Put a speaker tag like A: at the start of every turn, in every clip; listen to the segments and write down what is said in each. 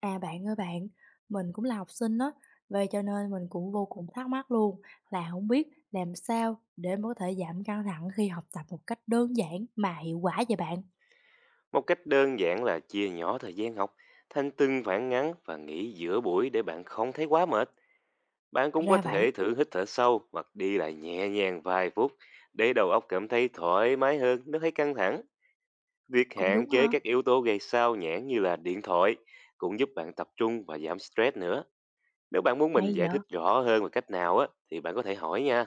A: À bạn ơi bạn, mình cũng là học sinh đó, vậy cho nên mình cũng vô cùng thắc mắc luôn là không biết làm sao để mà có thể giảm căng thẳng khi học tập một cách đơn giản mà hiệu quả vậy bạn.
B: Một cách đơn giản là chia nhỏ thời gian học thành từng khoảng ngắn và nghỉ giữa buổi để bạn không thấy quá mệt. Bạn cũng có
A: Ra vậy,
B: thể thử hít thở sâu hoặc đi lại nhẹ nhàng vài phút để đầu óc cảm thấy thoải mái hơn nếu thấy căng thẳng. Việc
A: cũng
B: hạn
A: đúng ha,
B: chế các yếu tố gây sao nhãn như là điện thoại cũng giúp bạn tập trung và giảm stress nữa. Nếu bạn muốn mình
A: hay
B: giải
A: vậy.
B: thích rõ hơn về cách nào á thì bạn có thể hỏi nha.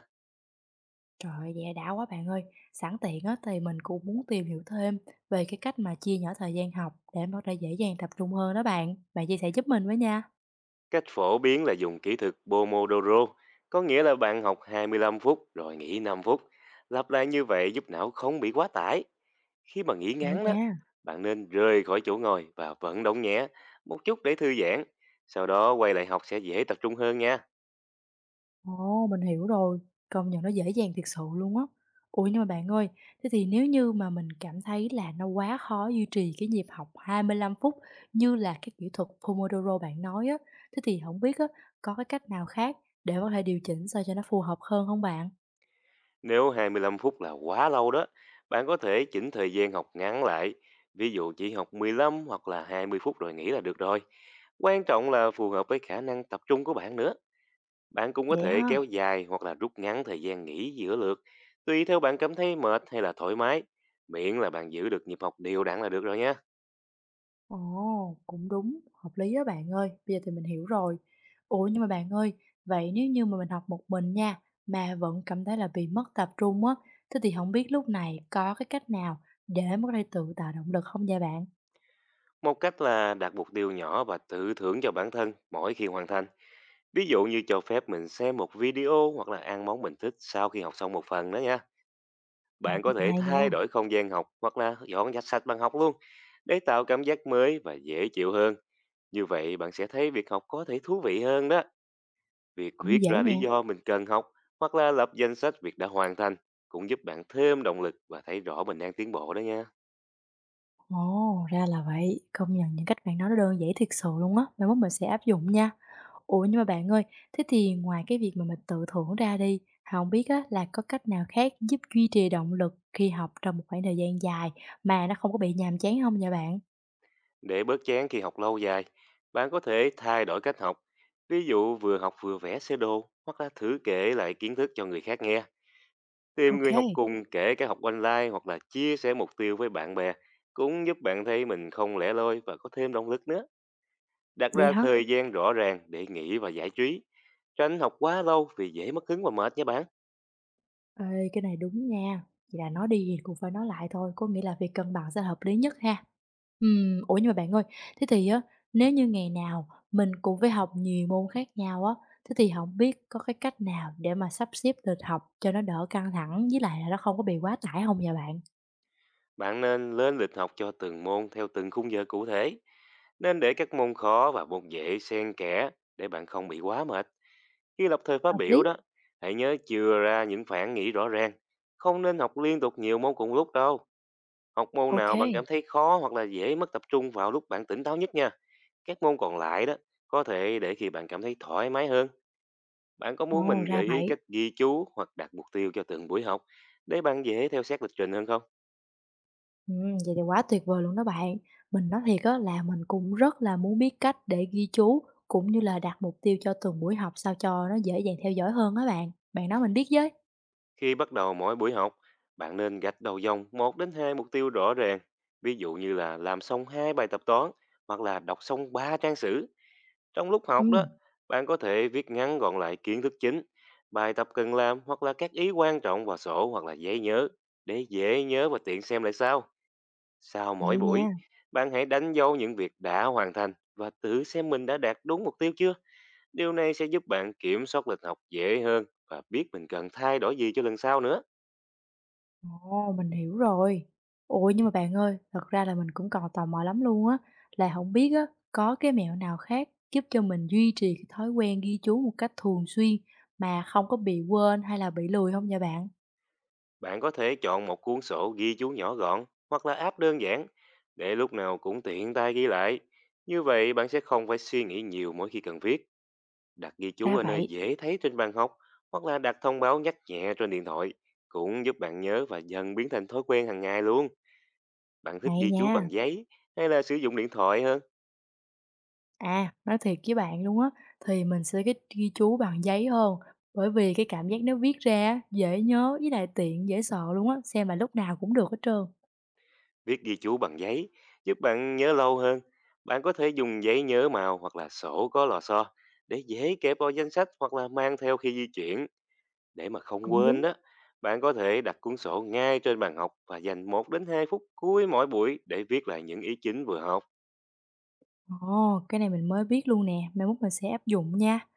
A: Trời ơi, vậy đã quá bạn ơi, sẵn tiện á thì mình cũng muốn tìm hiểu thêm về cái cách mà chia nhỏ thời gian học để mà có thể dễ dàng tập trung hơn đó bạn. Bạn chia sẻ giúp mình với nha.
B: Cách phổ biến là dùng kỹ thuật Pomodoro, có nghĩa là bạn học 25 phút rồi nghỉ 5 phút. Lặp lại như vậy giúp não không bị quá tải. Khi mà nghỉ
A: Hay
B: ngắn đó,
A: nha.
B: bạn nên rời khỏi chỗ ngồi và vận động nhẹ một chút để thư giãn. Sau đó quay lại học sẽ dễ tập trung hơn nha.
A: Ồ, mình hiểu rồi, công nhận nó dễ dàng thiệt sự luôn á. Ủa nhưng mà bạn ơi, thế thì nếu như mà mình cảm thấy là nó quá khó duy trì cái nhịp học 25 phút như là cái kỹ thuật Pomodoro bạn nói á, thế thì không biết á, có cái cách nào khác để có thể điều chỉnh sao cho nó phù hợp hơn không bạn?
B: Nếu 25 phút là quá lâu đó, bạn có thể chỉnh thời gian học ngắn lại. Ví dụ chỉ học 15 hoặc là 20 phút rồi nghỉ là được rồi. Quan trọng là phù hợp với khả năng tập trung của bạn nữa. Bạn cũng có
A: Vậy
B: thể
A: ha.
B: kéo dài hoặc là rút ngắn thời gian nghỉ giữa lượt, tùy theo bạn cảm thấy mệt hay là thoải mái, miễn là bạn giữ được nhịp học đều đặn là được rồi nhé.
A: Ồ, cũng đúng, hợp lý đó bạn ơi. Bây giờ thì mình hiểu rồi. Ủa nhưng mà bạn ơi, vậy nếu như mà mình học một mình nha, mà vẫn cảm thấy là bị mất tập trung á, thế thì không biết lúc này có cái cách nào để mà có thể tự tạo động lực không vậy bạn?
B: Một cách là đặt mục tiêu nhỏ và tự thưởng cho bản thân mỗi khi hoàn thành. Ví dụ như cho phép mình xem một video hoặc là ăn món mình thích sau khi học xong một phần đó nha.
A: Ừ,
B: Bạn có thể
A: hay nha,
B: thay đổi không gian học hoặc là dọn dẹp sạch bàn học luôn để tạo cảm giác mới và dễ chịu hơn. Như vậy bạn sẽ thấy việc học có thể thú vị hơn đó. Việc
A: cũng
B: viết
A: dễ
B: ra lý
A: nè.
B: do mình cần học hoặc là lập danh sách việc đã hoàn thành cũng giúp bạn thêm động lực và thấy rõ mình đang tiến bộ đó nha.
A: Ồ, ra là vậy. Công nhận những cách bạn nói nó đơn giản thiệt sự luôn á. Mai mốt mình sẽ áp dụng nha. Ủa nhưng mà bạn ơi, thế thì ngoài cái việc mà mình tự thưởng ra đi, không biết á, là có cách nào khác giúp duy trì động lực khi học trong một khoảng thời gian dài mà nó không có bị nhàm chán không vậy bạn?
B: Để bớt chán khi học lâu dài, bạn có thể thay đổi cách học. Ví dụ vừa học vừa vẽ sơ đồ hoặc là thử kể lại kiến thức cho người khác nghe. Tìm người học
A: Ok.
B: cùng kể cả học online hoặc là chia sẻ mục tiêu với bạn bè cũng giúp bạn thấy mình không lẻ loi và có thêm động lực nữa. Đặt
A: Vậy
B: ra
A: hả?
B: thời gian rõ ràng để nghĩ và giải trí. Tránh học quá lâu vì dễ mất hứng và mệt nha bạn.
A: Ê, cái này đúng nha, vậy là nói đi thì cũng phải nói lại thôi, có nghĩa là việc cân bằng sẽ hợp lý nhất ha. Ủa nhưng mà bạn ơi, thế thì á, nếu như ngày nào mình cũng phải học nhiều môn khác nhau á, thế thì không biết có cái cách nào để mà sắp xếp lịch học cho nó đỡ căng thẳng với lại là nó không có bị quá tải không nhà bạn?
B: Bạn nên lên lịch học cho từng môn theo từng khung giờ cụ thể. Nên để các môn khó và môn dễ xen kẽ để bạn không bị quá mệt. Khi lập thời phát
A: Hợp
B: biểu
A: lý.
B: đó, hãy nhớ chừa ra những phản nghĩ rõ ràng. Không nên học liên tục nhiều môn cùng lúc đâu. Học môn
A: Ok.
B: nào
A: Kê,
B: bạn cảm thấy khó hoặc là dễ mất tập trung vào lúc bạn tỉnh táo nhất nha. Các môn còn lại đó có thể để khi bạn cảm thấy thoải mái hơn. Bạn có muốn
A: ồ,
B: mình gợi
A: ra
B: ý
A: vậy.
B: cách ghi chú hoặc đặt mục tiêu cho từng buổi học để bạn dễ theo sát lịch trình hơn không?
A: Vậy thì quá tuyệt vời luôn đó bạn. Mình nói thiệt á là mình cũng rất là muốn biết cách để ghi chú, cũng như là đặt mục tiêu cho từng buổi học sao cho nó dễ dàng theo dõi hơn á bạn. Bạn nói mình biết với.
B: Khi bắt đầu mỗi buổi học, bạn nên gạch đầu dòng một đến 2 mục tiêu rõ ràng. Ví dụ như là làm xong 2 bài tập toán hoặc là đọc xong 3 trang sử. Trong lúc học đó,
A: Ừm,
B: bạn có thể viết ngắn gọn lại kiến thức chính, bài tập cần làm hoặc là các ý quan trọng vào sổ hoặc là giấy nhớ để dễ nhớ và tiện xem lại sau. Sau mỗi
A: hay nha.
B: buổi, bạn hãy đánh dấu những việc đã hoàn thành và tự xem mình đã đạt đúng mục tiêu chưa. Điều này sẽ giúp bạn kiểm soát lịch học dễ hơn và biết mình cần thay đổi gì cho lần sau nữa.
A: Ồ, mình hiểu rồi. Ủa nhưng mà bạn ơi, thật ra là mình cũng còn tò mò lắm luôn á, là không biết á có cái mẹo nào khác giúp cho mình duy trì cái thói quen ghi chú một cách thường xuyên mà không có bị quên hay là bị lười không vậy bạn?
B: Bạn có thể chọn một cuốn sổ ghi chú nhỏ gọn hoặc là app đơn giản để lúc nào cũng tiện tay ghi lại. Như vậy bạn sẽ không phải suy nghĩ nhiều mỗi khi cần viết, đặt ghi chú
A: Ra
B: ở nơi
A: vậy.
B: dễ thấy trên bàn học hoặc là đặt thông báo nhắc nhẹ trên điện thoại cũng giúp bạn nhớ và dần biến thành thói quen hàng ngày luôn. Bạn thích
A: Hay
B: ghi chú
A: nha.
B: bằng giấy hay là sử dụng điện thoại hơn?
A: À, nói thiệt với bạn luôn á, thì mình sẽ cái ghi chú bằng giấy hơn, bởi vì cái cảm giác nếu viết ra á, dễ nhớ với lại tiện dễ sợ luôn á, xem là lúc nào cũng được hết trơn.
B: Viết ghi chú bằng giấy giúp bạn nhớ lâu hơn. Bạn có thể dùng giấy nhớ màu hoặc là sổ có lò xo để dễ kẹp vào danh sách hoặc là mang theo khi di chuyển. Để mà không
A: Cũng
B: quên
A: đúng.
B: đó, bạn có thể đặt cuốn sổ ngay trên bàn học và dành một đến 2 phút cuối mỗi buổi để viết lại những ý chính vừa học.
A: Ồ, cái này mình mới biết luôn nè, mai mốt mình sẽ áp dụng nha.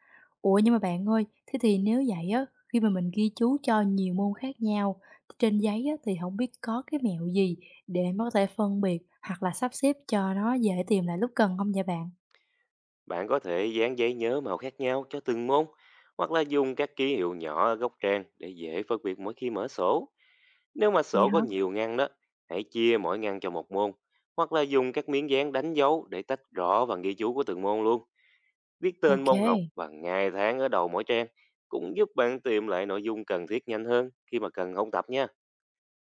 A: Ủa nhưng mà bạn ơi, thế thì nếu vậy á, khi mà mình ghi chú cho nhiều môn khác nhau trên giấy á, thì không biết có cái mẹo gì để mà có thể phân biệt hoặc là sắp xếp cho nó dễ tìm lại lúc cần không vậy bạn?
B: Bạn có thể dán giấy nhớ màu khác nhau cho từng môn hoặc là dùng các ký hiệu nhỏ ở góc trang để dễ phân biệt mỗi khi mở sổ. Nếu mà
A: Vậy
B: sổ
A: hả?
B: có nhiều ngăn đó, hãy chia mỗi ngăn cho một môn hoặc là dùng các miếng dán đánh dấu để tách rõ và ghi chú của từng môn luôn. Viết tên
A: Ok,
B: môn học và ngày tháng ở đầu mỗi trang cũng giúp bạn tìm lại nội dung cần thiết nhanh hơn khi mà cần ôn tập nha.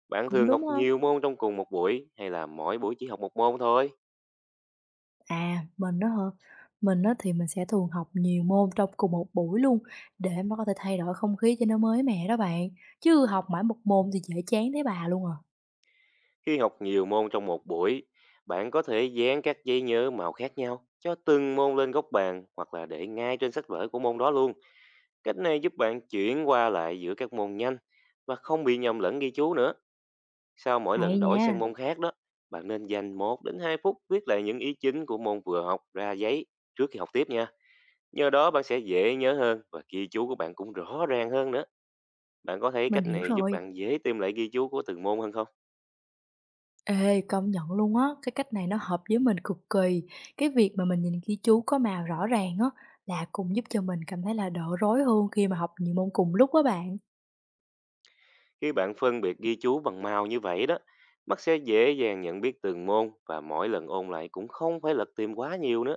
B: Bạn
A: cũng
B: thường học
A: đúng ha.
B: nhiều môn trong cùng một buổi hay là mỗi buổi chỉ học một môn thôi?
A: À, mình đó hả? Mình đó thì mình sẽ thường học nhiều môn trong cùng một buổi luôn để mà có thể thay đổi không khí cho nó mới mẻ đó bạn. Chứ học mãi một môn thì dễ chán thấy bà luôn à.
B: Khi học nhiều môn trong một buổi, bạn có thể dán các giấy nhớ màu khác nhau cho từng môn lên góc bàn hoặc là để ngay trên sách vở của môn đó luôn. Cách này giúp bạn chuyển qua lại giữa các môn nhanh và không bị nhầm lẫn ghi chú nữa. Sau mỗi
A: Hay
B: lần đổi
A: nha,
B: sang môn khác đó, bạn nên dành 1 đến 2 phút viết lại những ý chính của môn vừa học ra giấy trước khi học tiếp nha. Nhờ đó bạn sẽ dễ nhớ hơn và ghi chú của bạn cũng rõ ràng hơn nữa. Bạn có thấy
A: mình
B: cách
A: hiểu
B: này giúp
A: rồi.
B: bạn dễ tìm lại ghi chú của từng môn hơn không?
A: Ê, công nhận luôn á, cái cách này nó hợp với mình cực kỳ. Cái việc mà mình nhìn ghi chú có màu rõ ràng á là cũng giúp cho mình cảm thấy là đỡ rối hơn khi mà học nhiều môn cùng lúc á bạn.
B: Khi bạn phân biệt ghi chú bằng màu như vậy đó, mắt sẽ dễ dàng nhận biết từng môn và mỗi lần ôn lại cũng không phải lật tìm quá nhiều nữa.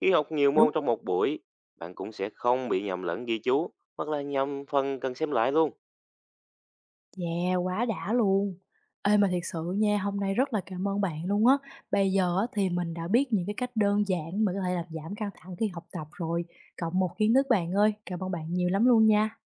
B: Khi học nhiều
A: Đúng.
B: môn trong một buổi, bạn cũng sẽ không bị nhầm lẫn ghi chú hoặc là nhầm phần cần xem lại luôn.
A: Yeah, quá đã luôn! Ê, mà thiệt sự nha, hôm nay rất là cảm ơn bạn luôn á. Bây giờ á thì mình đã biết những cái cách đơn giản mà có thể làm giảm căng thẳng khi học tập rồi, cộng một kiến thức bạn ơi. Cảm ơn bạn nhiều lắm luôn nha.